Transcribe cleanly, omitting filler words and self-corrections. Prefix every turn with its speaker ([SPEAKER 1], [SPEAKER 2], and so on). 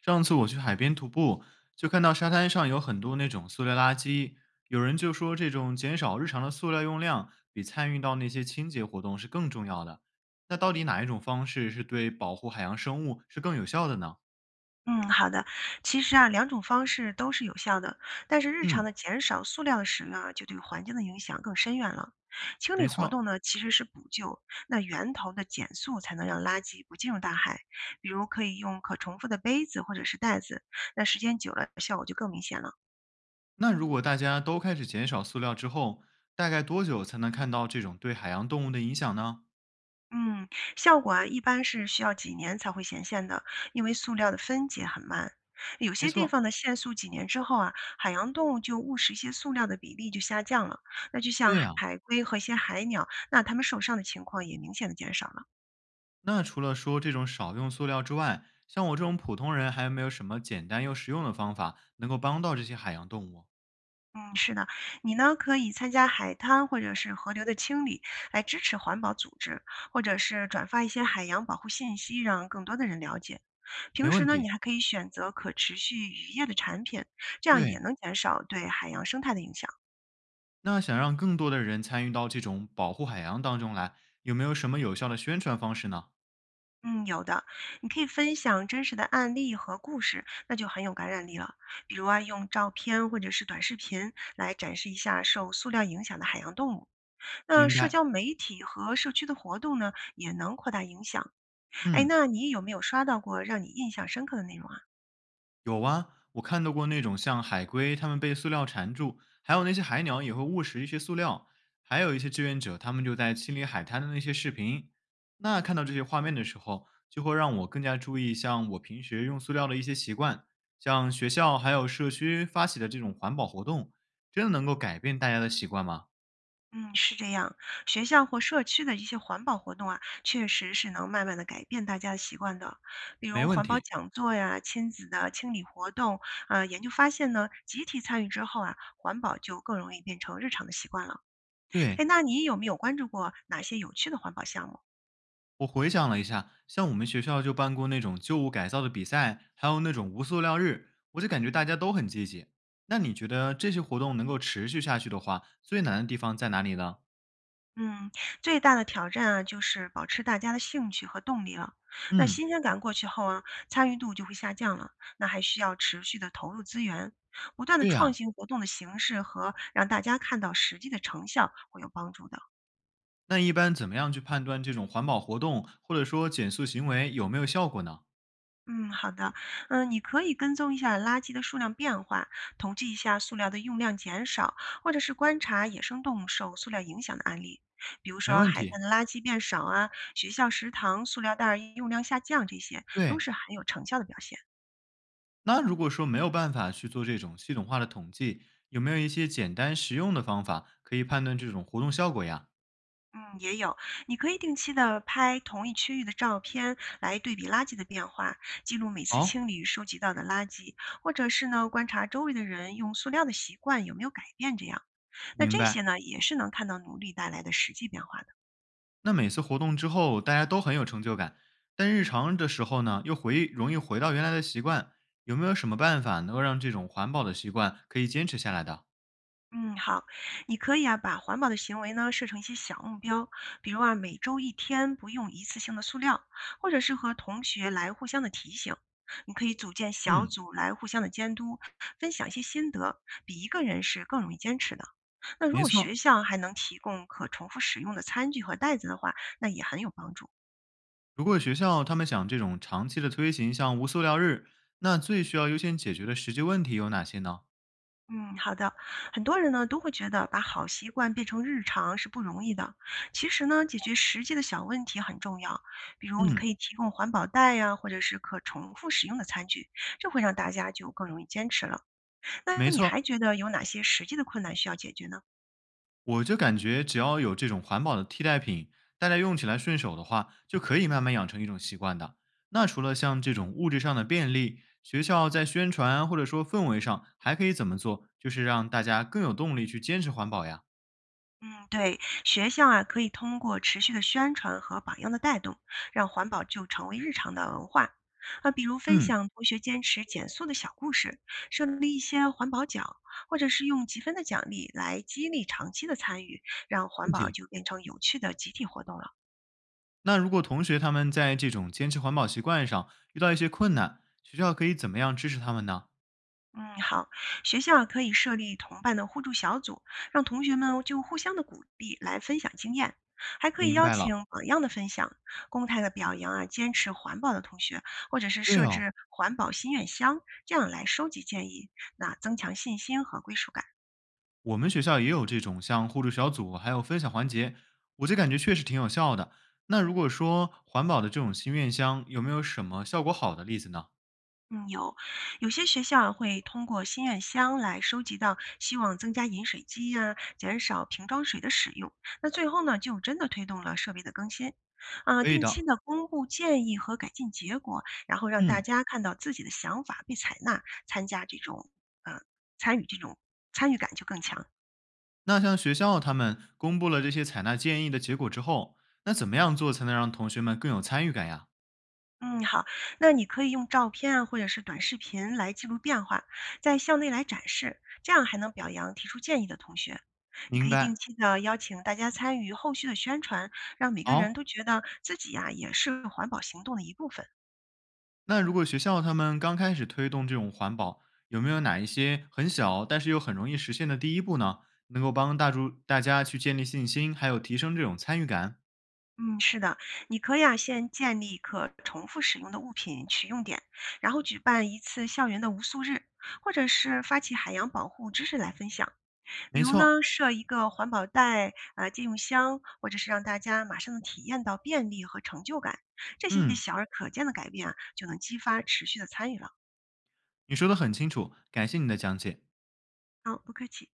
[SPEAKER 1] 上次我去海边徒步，就看到沙滩上有很多那种塑料垃圾，有人就说这种减少日常的塑料用量比参与到那些清洁活动是更重要的。那到底哪一种方式是对保护海洋生物是更有效的呢？
[SPEAKER 2] 嗯，好的。其实啊，两种方式都是有效的，但是日常的
[SPEAKER 1] 嗯，
[SPEAKER 2] 减少塑料的使用啊，就对环境的影响更深远了。清理
[SPEAKER 1] 没
[SPEAKER 2] 活
[SPEAKER 1] 错，
[SPEAKER 2] 动呢，其实是补救，那源头的减速才能让垃圾不进入大海。比如可以用可重复的杯子或者是袋子，那时间久了效果就更明显了。
[SPEAKER 1] 那如果大家都开始减少塑料之后，大概多久才能看到这种对海洋动物的影响呢？
[SPEAKER 2] 嗯，效果啊，一般是需要几年才会显现的，因为塑料的分解很慢。有
[SPEAKER 1] 没
[SPEAKER 2] 些地
[SPEAKER 1] 错，
[SPEAKER 2] 方的限塑几年之后啊，海洋动物就误食一些塑料的比例就下降了。那就像
[SPEAKER 1] 对呀、
[SPEAKER 2] 海龟和一些海鸟，那它们受伤的情况也明显的减少。
[SPEAKER 1] 那除了说这种少用塑料之外，像我这种普通人，还有没有什么简单又实用的方法能够帮到这些海洋动物？
[SPEAKER 2] 嗯，是的，你呢可以参加海滩或者是河流的清理，来支持环保组织，或者是转发一些海洋保护信息，让更多的人了解。
[SPEAKER 1] 没
[SPEAKER 2] 平时
[SPEAKER 1] 问
[SPEAKER 2] 呢，你
[SPEAKER 1] 题。
[SPEAKER 2] 还可以选择可持续渔业的产品，这样也
[SPEAKER 1] 对，
[SPEAKER 2] 能减少对海洋生态的影响。
[SPEAKER 1] 那想让更多的人参与到这种保护海洋当中来，有没有什么有效的宣传方式呢？
[SPEAKER 2] 嗯，有的，你可以分享真实的案例和故事，那就很有感染力了。比如啊，用照片或者是短视频来展示一下受塑料影响的海洋动物。那
[SPEAKER 1] 明
[SPEAKER 2] 社
[SPEAKER 1] 白。
[SPEAKER 2] 交媒体和社区的活动呢，也能扩大影响。哎，
[SPEAKER 1] 嗯。
[SPEAKER 2] 那你有没有刷到过让你印象深刻的内容啊？
[SPEAKER 1] 有啊，我看到过那种像海龟，它们被塑料缠住，还有那些海鸟也会误食一些塑料，还有一些志愿者，他们就在清理海滩的那些视频。那看到这些画面的时候，就会让我更加注意像我平时用塑料的一些习惯，像学校还有社区发起的这种环保活动，真的能够改变大家的习惯吗？
[SPEAKER 2] 嗯，是这样，学校或社区的一些环保活动啊，确实是能慢慢的改变大家的习惯的。比
[SPEAKER 1] 没
[SPEAKER 2] 如
[SPEAKER 1] 问
[SPEAKER 2] 环保
[SPEAKER 1] 题。
[SPEAKER 2] 讲座呀、亲子的清理活动，研究发现呢，集体参与之后啊，环保就更容易变成日常的习惯了。
[SPEAKER 1] 对，
[SPEAKER 2] 哎，那你有没有关注过哪些有趣的环保项目啊？
[SPEAKER 1] 我回想了一下，像我们学校就办过那种旧物改造的比赛，还有那种无塑料日，我就感觉大家都很积极。那你觉得这些活动能够持续下去的话，最难的地方在哪里呢？
[SPEAKER 2] 嗯，最大的挑战啊，就是保持大家的兴趣和动力了。那
[SPEAKER 1] 嗯，
[SPEAKER 2] 新鲜感过去后啊，参与度就会下降了。那还需要持续的投入资源，不断的
[SPEAKER 1] 对
[SPEAKER 2] 创
[SPEAKER 1] 呀、
[SPEAKER 2] 新活动的形式和让大家看到实际的成效会有帮助的。
[SPEAKER 1] 那一般怎么样去判断这种环保活动或者说减塑行为有没有效果呢？
[SPEAKER 2] 嗯，好的，嗯，你可以跟踪一下垃圾的数量变化，统计一下塑料的用量减少，或者是观察野生动物受塑料影响的案例，比如
[SPEAKER 1] 没
[SPEAKER 2] 说
[SPEAKER 1] 问
[SPEAKER 2] 海
[SPEAKER 1] 题。
[SPEAKER 2] 滩的垃圾变少啊，学校食堂塑料袋儿用量下降，这些都
[SPEAKER 1] 对，
[SPEAKER 2] 是很有成效的表现。
[SPEAKER 1] 那如果说没有办法去做这种系统化的统计，有没有一些简单实用的方法可以判断这种活动效果呀？
[SPEAKER 2] 嗯，也有，你可以定期的拍同一区域的照片来对比垃圾的变化，记录每次
[SPEAKER 1] 好，
[SPEAKER 2] 清理收集到的垃圾，或者是呢观察周围的人用塑料的习惯有没有改变这样。那
[SPEAKER 1] 明
[SPEAKER 2] 这些
[SPEAKER 1] 白。
[SPEAKER 2] 呢，也是能看到努力带来的实际变化的。
[SPEAKER 1] 那每次活动之后，大家都很有成就感，但日常的时候呢，又回容易回到原来的习惯。有没有什么办法能够让这种环保的习惯可以坚持下来的？
[SPEAKER 2] 嗯，好，你可以啊，把环保的行为呢设成一些小目标，比如啊，每周一天不用一次性的塑料，或者是和同学来互相的提醒。你可以组建小
[SPEAKER 1] 嗯，
[SPEAKER 2] 组来互相的监督，分享一些心得，比一个人是更容易坚持的。那如
[SPEAKER 1] 没
[SPEAKER 2] 果
[SPEAKER 1] 错。
[SPEAKER 2] 学校还能提供可重复使用的餐具和袋子的话，那也很有帮助。
[SPEAKER 1] 如果学校他们想这种长期的推行，像无塑料日，那最需要优先解决的实际问题有哪些呢？
[SPEAKER 2] 嗯，好的。很多人呢都会觉得把好习惯变成日常是不容易的。其实呢，解决实际的小问题很重要。比如，你可
[SPEAKER 1] 嗯，
[SPEAKER 2] 以提供环保袋呀、或者是可重复使用的餐具，这会让大家就更容易坚持了。那
[SPEAKER 1] 没
[SPEAKER 2] 你还
[SPEAKER 1] 错。
[SPEAKER 2] 觉得有哪些实际的困难需要解决呢？
[SPEAKER 1] 我就感觉只要有这种环保的替代品，大家用起来顺手的话，就可以慢慢养成一种习惯的。那除了像这种物质上的便利，学校在宣传或者说氛围上还可以怎么做，就是让大家更有动力去坚持环保呀？
[SPEAKER 2] 嗯，对，学校啊，可以通过持续的宣传和榜样的带动，让环保就成为日常的文化。啊，比如分
[SPEAKER 1] 嗯，
[SPEAKER 2] 享同学坚持减速的小故事，设立一些环保奖，或者是用积分的奖励来激励长期的参与，让环
[SPEAKER 1] 问
[SPEAKER 2] 保
[SPEAKER 1] 题。
[SPEAKER 2] 就变成有趣的集体活动了。
[SPEAKER 1] 那如果同学他们在这种坚持环保习惯上遇到一些困难，学校可以怎么样支持他们呢？
[SPEAKER 2] 嗯，好，学校可以设立同伴的互助小组，让同学们就互相的鼓励来分享经验，还可以
[SPEAKER 1] 明
[SPEAKER 2] 邀
[SPEAKER 1] 白了，
[SPEAKER 2] 请榜样的分享，公开的表扬啊，坚持环保的同学，或者是
[SPEAKER 1] 对
[SPEAKER 2] 设
[SPEAKER 1] 哦，
[SPEAKER 2] 置环保心愿箱，这样来收集建议，那增强信心和归属感。
[SPEAKER 1] 我们学校也有这种像互助小组，还有分享环节，我就感觉确实挺有效的。那如果说环保的这种心愿箱，有没有什么效果好的例子呢？
[SPEAKER 2] 嗯，有，有些学校会通过心愿箱来收集到希望增加饮水机呀、减少瓶装水的使用。那最后呢，就真的推动了设备的更新，啊、
[SPEAKER 1] 可以
[SPEAKER 2] 定期
[SPEAKER 1] 的，
[SPEAKER 2] 的公布建议和改进结果，然后让大
[SPEAKER 1] 嗯，
[SPEAKER 2] 家看到自己的想法被采纳，参加这种呃参与这种参与感就更强。
[SPEAKER 1] 那像学校他们公布了这些采纳建议的结果之后，那怎么样做才能让同学们更有参与感呀？
[SPEAKER 2] 嗯，好，那你可以用照片啊，或者是短视频来记录变化，在校内来展示，这样还能表扬提出建议的同学。你可
[SPEAKER 1] 明
[SPEAKER 2] 以定
[SPEAKER 1] 白。
[SPEAKER 2] 期的邀请大家参与后续的宣传，让每个人
[SPEAKER 1] 好，
[SPEAKER 2] 都觉得自己呀、也是环保行动的一部分。
[SPEAKER 1] 那如果学校他们刚开始推动这种环保，有没有哪一些很小但是又很容易实现的第一步呢？能够帮大助大家去建立信心，还有提升这种参与感？
[SPEAKER 2] 嗯，是的，你可以啊先建立可重复使用的物品取用点，然后举办一次校园的无塑日，或者是发起海洋保护知识来分享。比
[SPEAKER 1] 没
[SPEAKER 2] 如
[SPEAKER 1] 错，
[SPEAKER 2] 呢，设一个环保袋、啊借用箱，或者是让大家马上能体验到便利和成就感，这些
[SPEAKER 1] 嗯，
[SPEAKER 2] 小而可见的改变啊，就能激发持续的参与了。
[SPEAKER 1] 你说的很清楚，感谢你的讲解。
[SPEAKER 2] 好，不客气。